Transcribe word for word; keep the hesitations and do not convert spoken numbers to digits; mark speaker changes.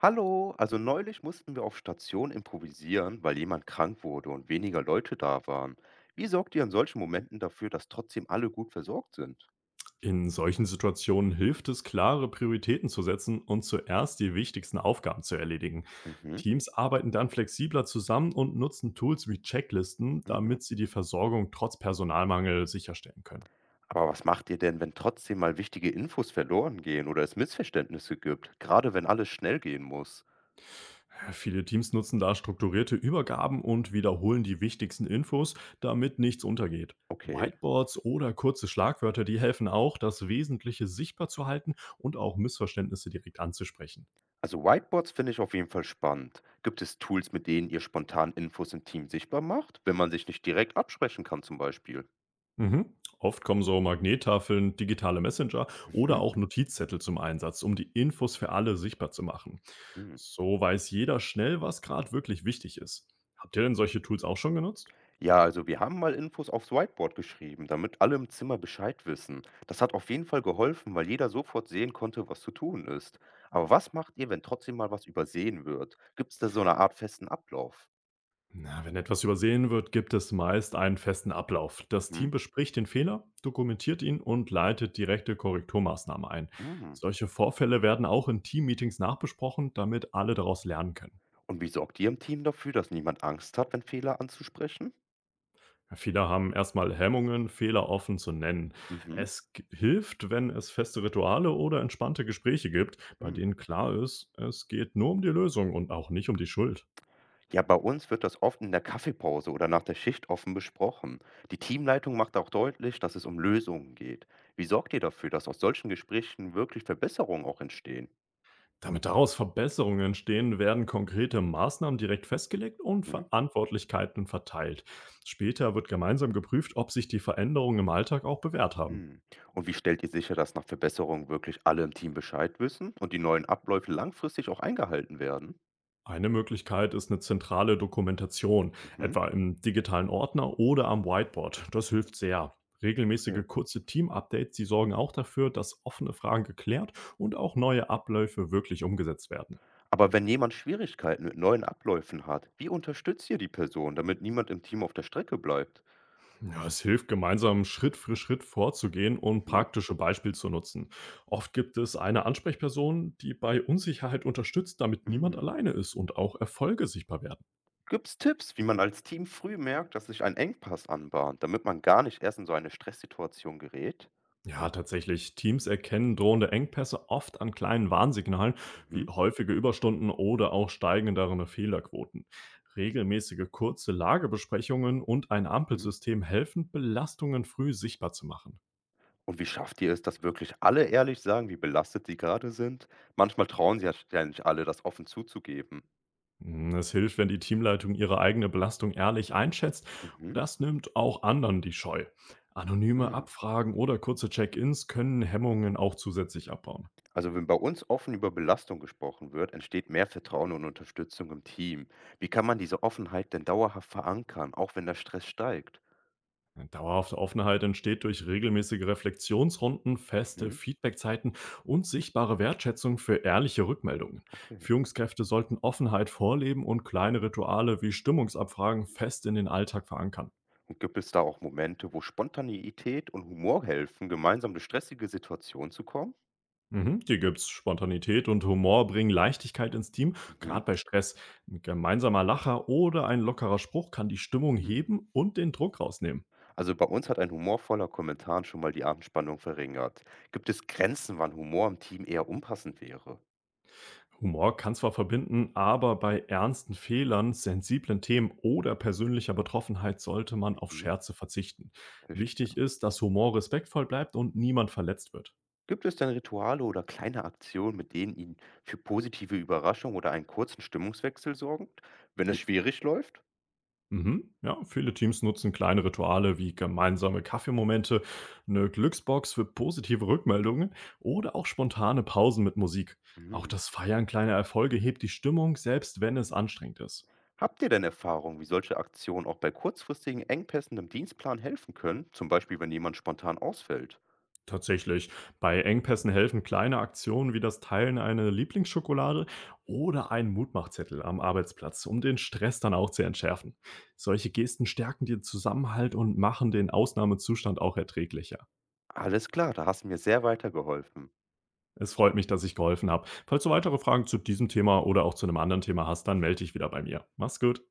Speaker 1: Hallo, also neulich mussten wir auf Station improvisieren, weil jemand krank wurde und weniger Leute da waren. Wie sorgt ihr in solchen Momenten dafür, dass trotzdem alle gut versorgt sind?
Speaker 2: In solchen Situationen hilft es, klare Prioritäten zu setzen und zuerst die wichtigsten Aufgaben zu erledigen.
Speaker 1: Mhm.
Speaker 2: Teams arbeiten dann flexibler zusammen und nutzen Tools wie Checklisten,
Speaker 1: Mhm.
Speaker 2: damit sie die Versorgung trotz Personalmangel sicherstellen können.
Speaker 1: Aber was macht ihr denn, wenn trotzdem mal wichtige Infos verloren gehen oder es Missverständnisse gibt, gerade wenn alles schnell gehen muss?
Speaker 2: Viele Teams nutzen da strukturierte Übergaben und wiederholen die wichtigsten Infos, damit nichts untergeht.
Speaker 1: Okay.
Speaker 2: Whiteboards oder kurze Schlagwörter, die helfen auch, das Wesentliche sichtbar zu halten und auch Missverständnisse direkt anzusprechen.
Speaker 1: Also Whiteboards finde ich auf jeden Fall spannend. Gibt es Tools, mit denen ihr spontan Infos im Team sichtbar macht, wenn man sich nicht direkt absprechen kann zum Beispiel?
Speaker 2: Mhm. Oft kommen so Magnettafeln, digitale Messenger oder auch Notizzettel zum Einsatz, um die Infos für alle sichtbar zu machen.
Speaker 1: Mhm.
Speaker 2: So weiß jeder schnell, was gerade wirklich wichtig ist. Habt ihr denn solche Tools auch schon genutzt?
Speaker 1: Ja, also wir haben mal Infos aufs Whiteboard geschrieben, damit alle im Zimmer Bescheid wissen. Das hat auf jeden Fall geholfen, weil jeder sofort sehen konnte, was zu tun ist. Aber was macht ihr, wenn trotzdem mal was übersehen wird? Gibt es da so eine Art festen Ablauf?
Speaker 2: Na, wenn etwas übersehen wird, gibt es meist einen festen Ablauf. Das
Speaker 1: Mhm.
Speaker 2: Team bespricht den Fehler, dokumentiert ihn und leitet direkte Korrekturmaßnahmen ein.
Speaker 1: Mhm.
Speaker 2: Solche Vorfälle werden auch in Teammeetings nachbesprochen, damit alle daraus lernen können.
Speaker 1: Und wie sorgt ihr im Team dafür, dass niemand Angst hat, wenn Fehler anzusprechen?
Speaker 2: Ja, viele haben erstmal Hemmungen, Fehler offen zu nennen.
Speaker 1: Mhm.
Speaker 2: Es g- hilft, wenn es feste Rituale oder entspannte Gespräche gibt, bei
Speaker 1: Mhm.
Speaker 2: denen klar ist, es geht nur um die Lösung und auch nicht um die Schuld.
Speaker 1: Ja, bei uns wird das oft in der Kaffeepause oder nach der Schicht offen besprochen. Die Teamleitung macht auch deutlich, dass es um Lösungen geht. Wie sorgt ihr dafür, dass aus solchen Gesprächen wirklich Verbesserungen auch entstehen?
Speaker 2: Damit daraus Verbesserungen entstehen, werden konkrete Maßnahmen direkt festgelegt und
Speaker 1: Mhm.
Speaker 2: Verantwortlichkeiten verteilt. Später wird gemeinsam geprüft, ob sich die Veränderungen im Alltag auch bewährt haben.
Speaker 1: Hm. Und wie stellt ihr sicher, dass nach Verbesserungen wirklich alle im Team Bescheid wissen und die neuen Abläufe langfristig auch eingehalten werden?
Speaker 2: Eine Möglichkeit ist eine zentrale Dokumentation,
Speaker 1: Mhm,
Speaker 2: etwa im digitalen Ordner oder am Whiteboard. Das hilft sehr.
Speaker 1: okay.
Speaker 2: Regelmäßige kurze Team-Updates, die sorgen auch dafür, dass offene Fragen geklärt und auch neue Abläufe wirklich umgesetzt werden.
Speaker 1: Aber wenn jemand Schwierigkeiten mit neuen Abläufen hat, wie unterstützt ihr die Person, damit niemand im Team auf der Strecke bleibt?
Speaker 2: Ja, es hilft, gemeinsam Schritt für Schritt vorzugehen und
Speaker 1: Mhm.
Speaker 2: praktische Beispiele zu nutzen. Oft gibt es eine Ansprechperson, die bei Unsicherheit unterstützt, damit niemand
Speaker 1: Mhm.
Speaker 2: alleine ist und auch Erfolge sichtbar werden.
Speaker 1: Gibt es Tipps, wie man als Team früh merkt, dass sich ein Engpass anbahnt, damit man gar nicht erst in so eine Stresssituation gerät?
Speaker 2: Ja, tatsächlich. Teams erkennen drohende Engpässe oft an kleinen Warnsignalen wie
Speaker 1: Mhm.
Speaker 2: häufige Überstunden oder auch steigendere Fehlerquoten. Regelmäßige kurze Lagebesprechungen und ein
Speaker 1: Mhm.
Speaker 2: Ampelsystem helfen, Belastungen früh sichtbar zu machen.
Speaker 1: Und wie schafft ihr es, dass wirklich alle ehrlich sagen, wie belastet sie gerade sind? Manchmal trauen sie ja ja nicht alle, das offen zuzugeben.
Speaker 2: Mm, Es hilft, wenn die Teamleitung ihre eigene Belastung ehrlich einschätzt.
Speaker 1: Mhm,
Speaker 2: Das nimmt auch anderen die Scheu. Anonyme
Speaker 1: mhm.
Speaker 2: Abfragen oder kurze Check-ins können Hemmungen auch zusätzlich abbauen.
Speaker 1: Also, wenn bei uns offen über Belastung gesprochen wird, entsteht mehr Vertrauen und Unterstützung im Team. Wie kann man diese Offenheit denn dauerhaft verankern, auch wenn der Stress steigt?
Speaker 2: Eine dauerhafte Offenheit entsteht durch regelmäßige Reflexionsrunden, feste
Speaker 1: Mhm,
Speaker 2: Feedbackzeiten und sichtbare Wertschätzung für ehrliche Rückmeldungen.
Speaker 1: okay.
Speaker 2: Führungskräfte sollten Offenheit vorleben und kleine Rituale wie Stimmungsabfragen fest in den Alltag verankern.
Speaker 1: Und gibt es da auch Momente, wo Spontaneität und Humor helfen, gemeinsam durch stressige Situationen zu kommen?
Speaker 2: Mhm, die gibt's. Spontanität und Humor bringen Leichtigkeit ins Team,
Speaker 1: Mhm.
Speaker 2: gerade bei Stress. Ein gemeinsamer Lacher oder ein lockerer Spruch kann die Stimmung
Speaker 1: Mhm.
Speaker 2: heben und den Druck rausnehmen.
Speaker 1: Also bei uns hat ein humorvoller Kommentar schon mal die Anspannung verringert. Gibt es Grenzen, wann Humor im Team eher unpassend wäre?
Speaker 2: Humor kann zwar verbinden, aber bei ernsten Fehlern, sensiblen Themen oder persönlicher Betroffenheit sollte man auf
Speaker 1: Mhm.
Speaker 2: Scherze verzichten. Wichtig
Speaker 1: Verstehe.
Speaker 2: ist, dass Humor respektvoll bleibt und niemand verletzt wird.
Speaker 1: Gibt es denn Rituale oder kleine Aktionen, mit denen Ihnen für positive Überraschung oder einen kurzen Stimmungswechsel sorgen, wenn es
Speaker 2: Hier.
Speaker 1: schwierig läuft?
Speaker 2: Mhm. Ja, viele Teams nutzen kleine Rituale wie gemeinsame Kaffeemomente, eine Glücksbox für positive Rückmeldungen oder auch spontane Pausen mit Musik. Auch
Speaker 1: Hm.
Speaker 2: das Feiern kleiner Erfolge hebt die Stimmung, selbst wenn es anstrengend ist.
Speaker 1: Habt ihr denn Erfahrung, wie solche Aktionen auch bei kurzfristigen Engpässen im Dienstplan helfen können, zum Beispiel wenn jemand spontan ausfällt?
Speaker 2: Tatsächlich. Bei Engpässen helfen kleine Aktionen wie das Teilen einer Lieblingsschokolade oder ein Mutmachzettel am Arbeitsplatz, um den Stress dann auch zu entschärfen. Solche Gesten stärken den Zusammenhalt und machen den Ausnahmezustand auch erträglicher.
Speaker 1: Alles klar, da hast du mir sehr weitergeholfen.
Speaker 2: Es freut mich, dass ich geholfen habe. Falls du weitere Fragen zu diesem Thema oder auch zu einem anderen Thema hast, dann melde dich wieder bei mir. Mach's gut.